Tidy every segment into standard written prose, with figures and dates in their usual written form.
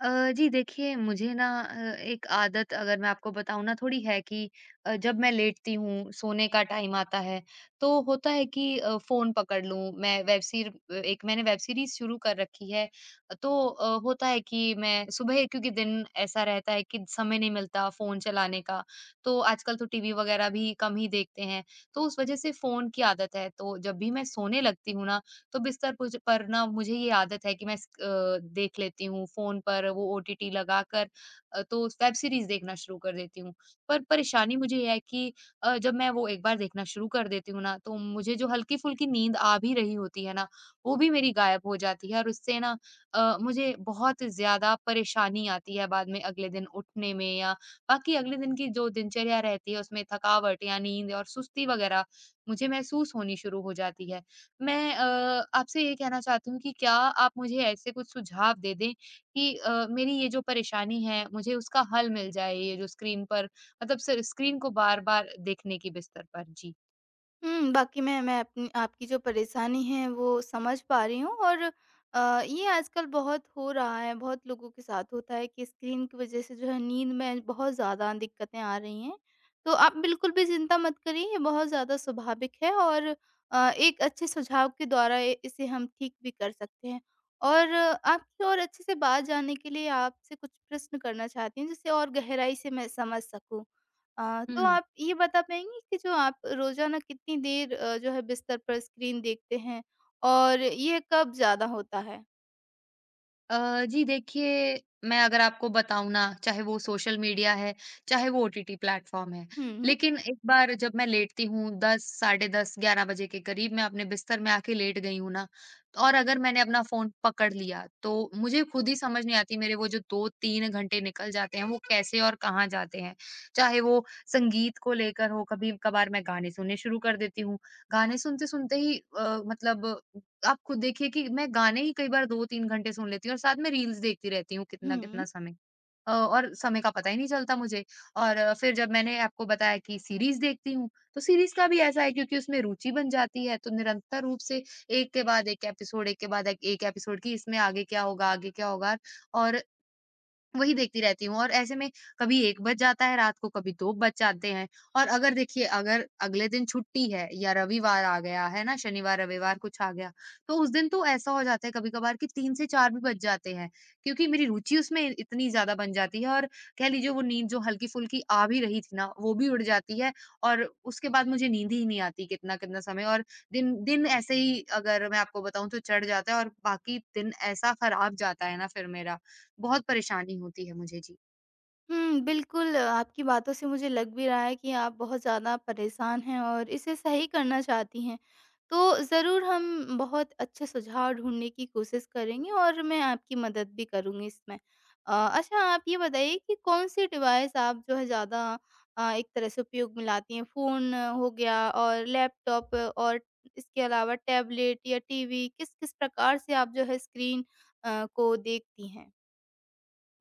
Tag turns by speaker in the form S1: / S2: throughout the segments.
S1: जी देखिए मुझे ना एक आदत अगर मैं आपको बताऊँ ना थोड़ी है कि जब मैं लेटती हूँ सोने का टाइम आता है। तो होता है कि फ़ोन पकड़ लूँ। मैं वेब सीर एक मैंने वेब सीरीज़ शुरू कर रखी है। तो होता है कि मैं सुबह, क्योंकि दिन ऐसा रहता है कि समय नहीं मिलता फ़ोन चलाने का। तो आजकल तो टीवी वगैरह भी कम ही देखते हैं। तो उस वजह से फ़ोन की आदत है, तो जब भी मैं सोने लगती हूँ ना, तो बिस्तर पुज पर ना मुझे ये आदत है कि मैं देख लेती हूँ फ़ोन पर वो ओटीटी लगाकर। तो वेब सीरीज़ देखना शुरू कर देती हूँ। पर परेशानी मुझे ये है कि जब मैं वो एक बार देखना शुरू कर देती हूँ ना, तो मुझे जो हल्की-फुल्की नींद आ भी रही होती है ना, वो भी मेरी गायब हो जाती है। और उससे ना मुझे बहुत ज़्यादा परेशानी आती है बाद में अगले दिन उठने में, या बाकी अगले दिन की जो दिनचर्या रहती है उसमें थकावट या नींद और सुस्ती वग़ैरह मुझे महसूस होनी शुरू हो जाती है। मैं आपसे ये कहना चाहती हूँ कि क्या आप मुझे ऐसे कुछ सुझाव दे दें कि मेरी ये जो परेशानी है मुझे उसका हल मिल जाए, ये जो स्क्रीन पर, मतलब सर, स्क्रीन को बार-बार देखने की बिस्तर पर। जी।
S2: हुँ, बाकी मैं अपनी आपकी जो परेशानी है वो समझ पा रही हूँ और ये आजकल बहुत हो रहा है, बहुत लोगों के साथ होता है कि स्क्रीन की वज़ह से जो है नींद में बहुत ज़्यादा दिक्कतें आ रही हैं। तो आप बिल्कुल भी चिंता मत करिए, ये बहुत ज़्यादा स्वाभाविक है और एक अच्छे सुझाव के द्वारा इ इसे हम ठीक भी कर सकते हैं। और आपकी और अच्छे से बात जानने के लिए आपसे कुछ प्रश्न करना चाहती हूँ जिससे और गहराई से मैं समझ सकूँ। तो आप ये बता पाएँगी कि जो आप रोज़ाना कितनी देर जो है बिस्तर पर स्क्रीन देखते हैं और ये कब ज़्यादा होता है?
S1: जी देखिए, मैं अगर आपको बताऊँ ना, चाहे वो सोशल मीडिया है, चाहे वो ओटीटी प्लेटफ़ॉर्म है।
S2: हुँ,
S1: लेकिन एक बार जब मैं लेटती हूँ, 10 साढ़े 10, 11 बजे के करीब मैं अपने बिस्तर में आके लेट गई हूँ ना, और अगर मैंने अपना फ़ोन पकड़ लिया, तो मुझे खुद ही समझ नहीं आती मेरे वो जो 2-3 घंटे निकल जाते हैं, वो कैसे और कहाँ जाते हैं। चाहे वो संगीत को लेकर हो, कभी-कभार मैं गाने सुनने शुरू कर देती हूँ। गाने सुनते-सुनते ही मतलब आप खुद देखिए कि मैं गाने ही कई बार 2-3 घंटे सुन लेती हूँ और साथ में रील्स देखती रहती हूँ
S2: हुँ।
S1: कितना-कितना समय। और समय का पता ही नहीं चलता मुझे। और फिर जब मैंने आपको बताया कि सीरीज़ देखती हूँ, तो सीरीज़ का भी ऐसा है क्योंकि उसमें रुचि बन जाती है, तो निरंतर रूप से एक के बाद एक एपिसोड, एक के बाद एक एक एपिसोड की, इसमें आगे क्या होगा, आगे क्या होगा, और वही देखती रहती हूँ। और ऐसे में कभी 1 बज जाता है रात को, कभी 2 बज जाते हैं। और अगर देखिए अगर अगले दिन छुट्टी है या रविवार आ गया, है ना? शनिवार, रविवार कुछ आ गया, तो उस दिन तो ऐसा हो जाता है कभी-कभार कि 3 से 4 भी बज जाते हैं, क्योंकि मेरी रुचि उसमें इतनी ज़्यादा बन जाती है। और कह लीजिए वो नींद जो हल्की-फुल्की आ भी रही थी ना, वो भी उड़ जाती है। और उसके बाद मुझे नींद ही नहीं आती कितना-कितना समय। और दिन दिन ऐसे ही अगर मैं आपको बताऊँ तो चढ़ जाता है और बाकी दिन ऐसा खराब जाता है ना फिर मेरा। बहुत परेशानी होती है मुझे। जी।
S2: हुँ, बिल्कुल, आपकी बातों से मुझे लग भी रहा है कि आप बहुत ज़्यादा परेशान हैं और इसे सही करना चाहती हैं। तो ज़रूर हम बहुत अच्छे सुझाव ढूँढने की कोशिश करेंगे और मैं आपकी मदद भी करूँगी इसमें। अ, अच्छा आप ये बताइए कि कौन-सी डिवाइस आप जो है ज़्यादा एक तरह से उपयोग में लाती हैं? फ़ोन हो गया और लैपटॉप और इसके अलावा टैबलेट या टीवी, किस-किस प्रकार से आप जो है स्क्रीन को देखती हैं?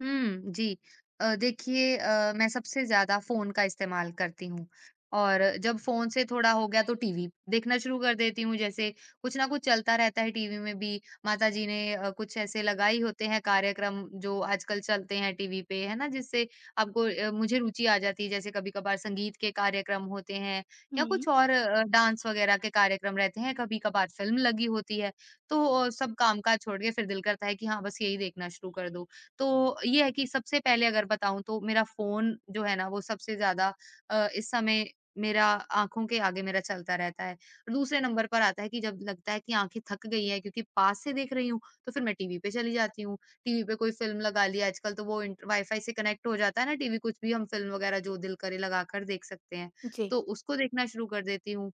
S1: हुँ, जी। देखिए मैं सबसे ज़्यादा फ़ोन का इस्तेमाल करती हूँ। और जब फ़ोन से थोड़ा हो गया तो टीवी देखना शुरू कर देती हूँ। जैसे कुछ न कुछ चलता रहता है टीवी में भी, माता जी ने कुछ ऐसे लगाए ही होते हैं कार्यक्रम जो आजकल चलते हैं टीवी पे, है ना? जिससे आपको मुझे रुचि आ जाती है। जैसे कभी-कभार संगीत के कार्यक्रम होते हैं, या
S2: हुँ,
S1: कुछ और डांस वगैरह के कार्यक्रम रहते हैं, कभी-कभार फ़िल्म लगी होती है। तो सब काम-काज छोड़ के फिर दिल करता है कि हाँ, बस यही देखना शुरू कर दो। तो ये है कि सबसे पहले अगर बताऊँ तो मेरा फ़ोन जो है ना वो सबसे ज़्यादा इस समय मेरा आँखों के आगे मेरा चलता रहता है। और दूसरे नंबर पर आता है कि जब लगता है कि आँखें थक गई हैं क्योंकि पास से देख रही हूँ, तो फिर मैं टीवी पे चली जाती हूँ। टीवी पे कोई फ़िल्म लगा ली आजकल तो वो इंट वाई-फाई से कनेक्ट हो जाता है ना टीवी, कुछ भी हम फ़िल्म वगैरह जो दिल करे लगाकर देख सकते हैं।
S2: जी।
S1: तो उसको देखना शुरू कर देती हूँ।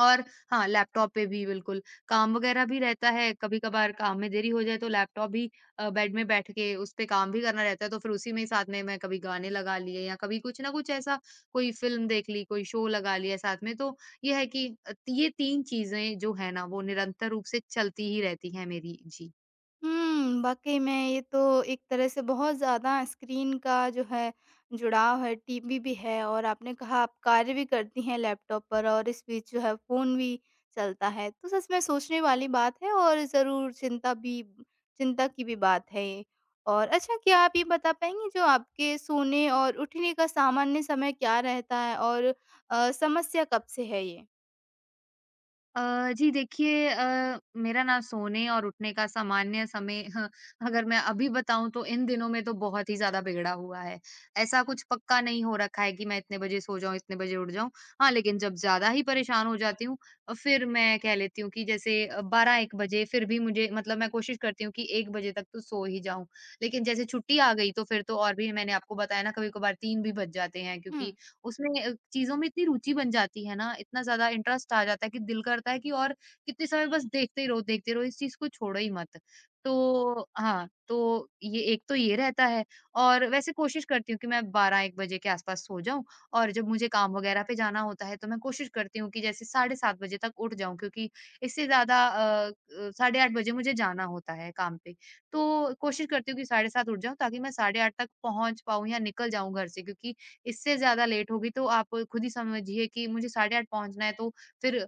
S1: और हाँ, लैपटॉप पे भी बिल्कुल, काम वग़ैरह भी रहता है, कभी-कभार काम में देरी हो जाए तो लैपटॉप भी बेड में बैठ के उस पे काम भी करना रहता है, तो फिर उसी में साथ में मैं कभी गाने लगा लिए या कभी कुछ ना कुछ ऐसा, कोई फ़िल्म देख ली, कोई शो लगा लिया साथ में। तो ये है कि ये 3 चीज़ें जो है ना, वो निरंतर रूप से चलती ही रहती हैं मेरी। जी।
S2: हुँ, वाक़ई में ये तो एक तरह से बहुत ज़्यादा स्क्रीन का जो है जुड़ाव है, टीवी भी है और आपने कहा आप कार्य भी करती हैं लैपटॉप पर और इस बीच जो है फ़ोन भी चलता है। तो सच में सोचने वाली बात है और ज़रूर चिंता की भी बात है ये। और अच्छा क्या आप ये बता पाएँगी जो आपके सोने और उठने का सामान्य समय क्या रहता है और समस्या कब से है ये?
S1: जी देखिए मेरा ना सोने और उठने का सामान्य समय अगर मैं अभी बताऊं तो इन दिनों में तो बहुत ही ज्यादा बिगड़ा हुआ है। ऐसा कुछ पक्का नहीं हो रखा है कि मैं इतने बजे सो जाऊं, इतने बजे उठ जाऊं। हाँ, लेकिन जब ज्यादा ही परेशान हो जाती हूँ, फिर मैं कह लेती हूँ कि जैसे 12-1 बजे, फिर भी मुझे मतलब मैं कोशिश करती हूँ कि 1 बजे तक तो सो ही जाऊं। लेकिन जैसे छुट्टी आ गई तो फिर तो, और भी मैंने आपको बताया ना कभी कभार 3 भी बज जाते हैं
S2: हुँ।
S1: क्योंकि उसमें चीज़ों में इतनी रुचि बन जाती है ना, इतना ज़्यादा इंटरेस्ट आ जाता है कि दिल करता है कि और कितने समय बस देखते ही रहो देखते रहो, इस चीज़ को छोड़ो ही मत। तो हाँ, तो ये एक तो ये रहता है। और वैसे कोशिश करती हूँ कि मैं 12-1 बजे के आस-पास सो जाऊँ। और जब मुझे काम वगैरह पे जाना होता है, तो मैं कोशिश करती हूँ कि जैसे साढ़े 7 बजे तक उठ जाऊँ क्योंकि इससे ज़्यादा साढ़े 8 बजे मुझे जाना होता है काम पे। तो कोशिश करती हूँ कि साढ़े 7 उठ जाऊँ ताकि मैं साढ़े 8 तक पहुँच पाऊँ या निकल जाऊँ घर से, क्योंकि इससे ज़्यादा लेट होगी तो आप खुद ही समझिए कि मुझे साढ़े 8 पहुँचना है। तो फिर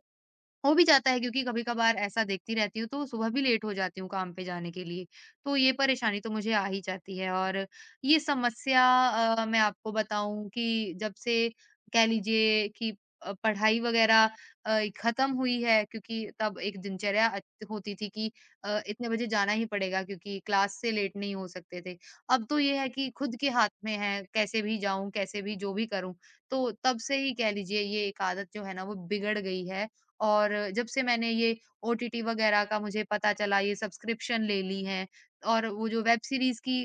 S1: हो भी जाता है क्योंकि कभी-कभार ऐसा देखती रहती हूँ, तो सुबह भी लेट हो जाती हूँ काम पे जाने के लिए। तो ये परेशानी तो मुझे आ ही जाती है। और ये समस्या मैं आपको बताऊँ कि जब से कह लीजिए कि पढ़ाई वग़ैरह ख़त्म हुई है, क्योंकि तब एक दिनचर्या होती थी कि इतने बजे जाना ही पड़ेगा क्योंकि क्लास से लेट नहीं हो सकते थे। अब तो ये है कि खुद के हाथ में है, कैसे भी जाऊँ, कैसे भी जो भी करूँ। तो तब से ही कह लीजिए ये एक आदत जो है ना वो बिगड़ गई है। और जब से मैंने ये ओटीटी वगैरह का मुझे पता चला, ये सब्सक्रिप्शन ले ली है और वो जो वेब सीरीज़ की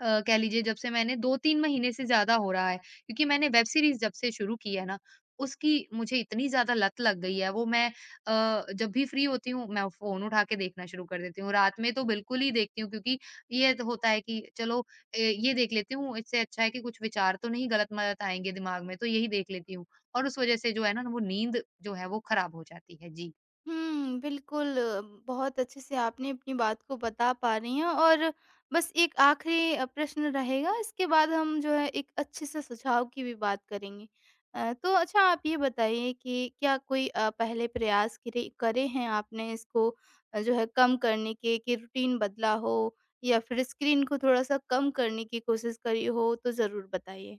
S1: कह लीजिए जब से मैंने, 2-3 महीने से ज़्यादा हो रहा है, क्योंकि मैंने वेब सीरीज़ जब से शुरू की है ना, उसकी मुझे इतनी ज़्यादा लत लग गई है, वो मैं जब भी फ्री होती हूँ, मैं फ़ोन उठा के देखना शुरू कर देती हूँ। रात में तो बिल्कुल ही देखती हूँ, क्योंकि ये तो होता है कि चलो ये देख लेती हूँ, इससे अच्छा है कि कुछ विचार तो नहीं गलत-मलत आएँगे दिमाग में, तो यही देख लेती हूँ। और उस वज़ह से जो है ना, वो नींद जो है वो खराब हो जाती है। जी।
S2: हुँ, बिल्कुल। बहुत अच्छे से आपने अपनी बात को बता पा रही हैं और बस एक आखिरी प्रश्न रहेगा, इसके बाद हम जो है एक अच्छे से सुझाव की भी बात करेंगे। तो अच्छा आप ये बताइए कि क्या कोई पहले प्रयास करे करे हैं आपने इसको जो है कम करने के कि रूटीन बदला हो या फिर स्क्रीन को थोड़ा-सा कम करने की कोशिश करी हो? तो ज़रूर बताइए।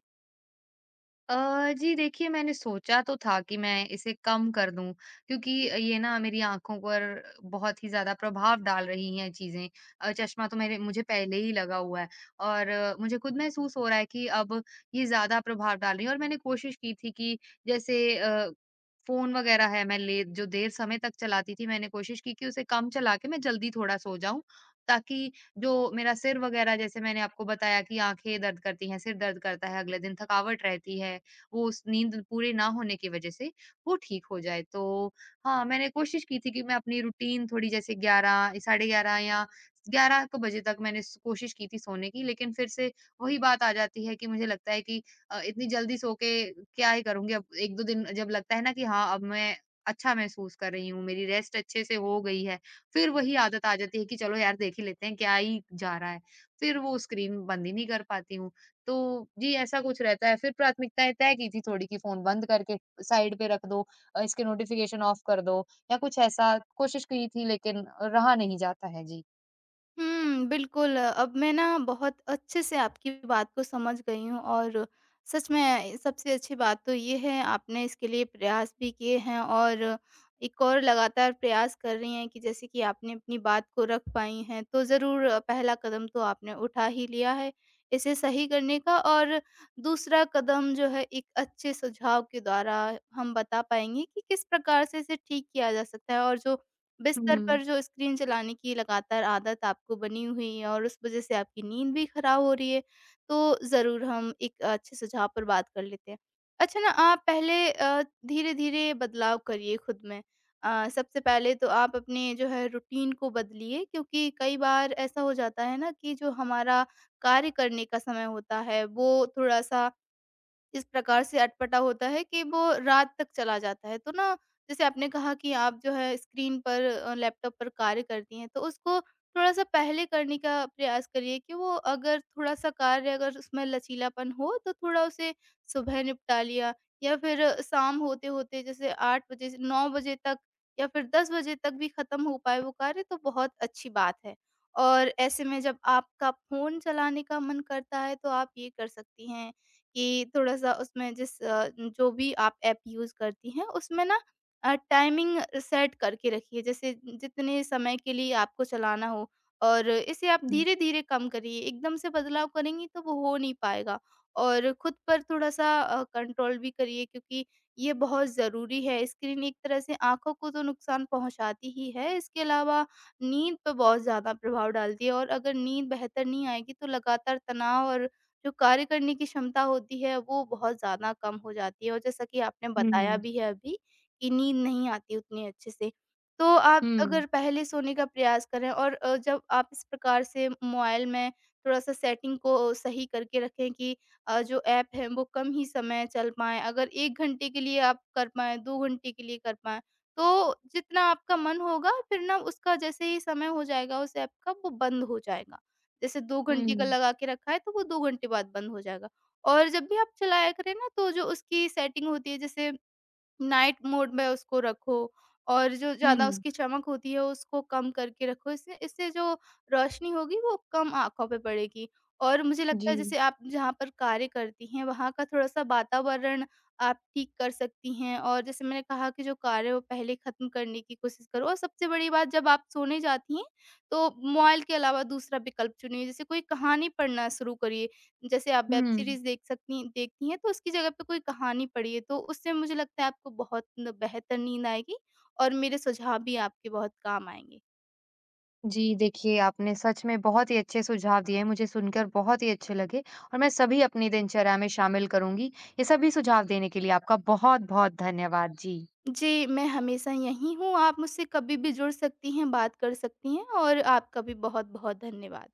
S1: जी देखिए मैंने सोचा तो था कि मैं इसे कम कर दूं, क्योंकि ये ना मेरी आंखों पर बहुत ही ज्यादा प्रभाव डाल रही हैं चीजें। चश्मा तो मेरे मुझे पहले ही लगा हुआ है, और मुझे खुद महसूस हो रहा है कि अब ये ज्यादा प्रभाव डाल रही है। और मैंने कोशिश की थी कि जैसे फोन वगैरह है मैं ले जो देर समय तक चलाती थी, मैंने कोशिश की कि उसे कम चला के मैं जल्दी थोड़ा सो जाऊं, ताकि जो मेरा सिर वगैरह जैसे मैंने आपको बताया कि आंखें दर्द करती हैं, सिर दर्द करता है, अगले दिन थकावट रहती है, वो उस नींद पूरी ना होने की वजह से वो ठीक हो जाए। तो हाँ, मैंने कोशिश की थी कि मैं अपनी रूटीन थोड़ी जैसे 11 साढ़े 11 या 11 क बजे तक मैंने स कोशिश की थी सोने की, लेकिन फिर से वही बात आ जाती है कि मुझे लगता है कि इतनी जल्दी सो के क्या ही करूँगी। अब 1-2 दिन जब लगता है ना कि हाँ, अब मैं अच्छा महसूस कर रही हूँ, मेरी रेस्ट अच्छे से हो गई है, फिर वही आदत आ जाती है कि चलो यार देख ही लेते हैं क्या ही जा रहा है। फिर वो स्क्रीन बंद ही नहीं कर पाती हूँ। तो जी, ऐसा कुछ रहता है। फिर प्राथमिकताएँ तय की थी थोड़ी कि फ़ोन बंद करके साइड पे रख दो, इसके नोटिफ़िकेशन ऑफ कर दो, या कुछ ऐसा कोशिश की थी, लेकिन रहा नहीं जाता है। जी।
S2: हुँ, बिल्कुल। अब मैं ना बहुत अच्छे से आपकी बात को समझ गई हूँ और सच में सबसे अच्छी बात तो ये है आपने इसके लिए प्रयास भी किए हैं और एक और लगातार प्रयास कर रही हैं कि जैसे कि आपने अपनी बात को रख पाई हैं। तो ज़रूर पहला कदम तो आपने उठा ही लिया है इसे सही करने का और दूसरा कदम जो है एक अच्छे सुझाव के द्वारा हम बता पाएँगे कि किस प्रकार से इसे ठीक किया जा सकता है और जो
S1: हुँ,
S2: बिस्तर
S1: हुँ,
S2: पर जो स्क्रीन चलाने की लगातार आदत आपको बनी हुई है और उस वज़ह से आपकी नींद भी खराब हो रही है, तो ज़रूर हम एक अच्छे सुझाव पर बात कर लेते हैं। अच्छा ना आप पहले धीरे-धीरे बदलाव करिए खुद में। सबसे पहले तो आप अपने जो है रूटीन को बदलिए क्योंकि कई बार ऐसा हो जाता है ना कि जो हमारा कार्य करने का समय होता है, वो थोड़ा-सा इस प्रकार से अटपटा होता है कि वो रात तक चला जाता है। तो ना जैसे आपने कहा कि आप जो है स्क्रीन पर लैपटॉप पर कार्य करती हैं, तो उसको थोड़ा-सा पहले करने का प्रयास करिए कि वो अगर थोड़ा-सा कार्य अगर उसमें लचीलापन हो तो थोड़ा उसे सुबह निपटा लिया या फिर शाम होते-होते जैसे 8 बजे से 9 बजे तक या फिर 10 बजे तक भी ख़त्म हो पाए वो कार्य तो बहुत अच्छी बात है। और ऐसे में जब आपका फ़ोन चलाने का मन करता है तो आप ये कर सकती हैं कि थोड़ा-सा उसमें जो भी आप ऐप यूज़ करती हैं उसमें ना टाइमिंग सेट करके रखिए। जैसे जितने समय के लिए आपको चलाना हो और इसे आप धीरे-धीरे कम करिए। एकदम से बदलाव करेंगी तो वो हो नहीं पाएगा और खुद पर थोड़ा-सा कंट्रोल भी करिए क्योंकि ये बहुत ज़रूरी है। स्क्रीन एक तरह से आँखों को तो नुकसान पहुँचाती ही है, इसके अलावा नींद पे बहुत ज़्यादा प्रभाव डालती है और अगर नींद बेहतर नहीं आएगी तो लगातार तनाव और जो कार्य करने की क्षमता होती है वो बहुत ज़्यादा कम हो जाती है और जैसा कि आपने बताया
S1: हुँ,
S2: भी है अभी कि नींद नहीं आती उतनी अच्छे से। तो आप
S1: हुँ,
S2: अगर पहले सोने का प्रयास करें और जब आप इस प्रकार से मोबाइल में थोड़ा-सा सेटिंग को सही करके रखें कि जो ऐप हैं वो कम ही समय चल पाएँ। अगर 1 घंटे के लिए आप कर पाएँ, 2 घंटे के लिए कर पाएँ, तो जितना आपका मन होगा फिर ना उसका जैसे ही समय हो जाएगा उस ऐप का वो बंद हो जाएगा। जैसे 2 घंटे का
S1: हुँ,
S2: लगा के रखा है तो वो 2 घंटे बाद बंद हो जाएगा और जब भी आप चलाया करें ना तो जो उसकी सेटिंग होती है जैसे नाइट मोड में उसको रखो और जो ज़्यादा
S1: हुँ,
S2: उसकी चमक होती है उसको कम करके रखो। इससे इससे जो रोशनी होगी वो कम आँखों पे पड़ेगी और मुझे लगता
S1: जी,
S2: है जैसे आप जहाँ पर कार्य करती हैं वहाँ का थोड़ा-सा वातावरण आप ठीक कर सकती हैं और जैसे मैंने कहा कि जो कार्य है वो पहले ख़त्म करने की कोशिश करो और सबसे बड़ी बात जब आप सोने जाती हैं तो मोबाइल के अलावा दूसरा विकल्प चुनिए। जैसे कोई कहानी पढ़ना शुरू करिए। जैसे आप वेब
S1: हुँ।
S2: सीरीज़ देखती हैं, तो उसकी जगह पे कोई कहानी पढ़िए, तो उससे मुझे लगता है आपको बहुत न बेहतर नींद आएगी और मेरे सुझाव भी आपके बहुत काम आएँगे।
S1: जी, देखिए आपने सच में बहुत ही अच्छे सुझाव दिए हैं, मुझे सुनकर बहुत ही अच्छे लगे और मैं सभी अपनी दिनचर्या में शामिल करूँगी। ये सभी सुझाव देने के लिए आपका बहुत-बहुत धन्यवाद। जी।
S2: जी, मैं हमेशा यहीं हूँ, आप मुझसे कभी भी जुड़ सकती हैं, बात कर सकती हैं और आपका भी बहुत-बहुत धन्यवाद।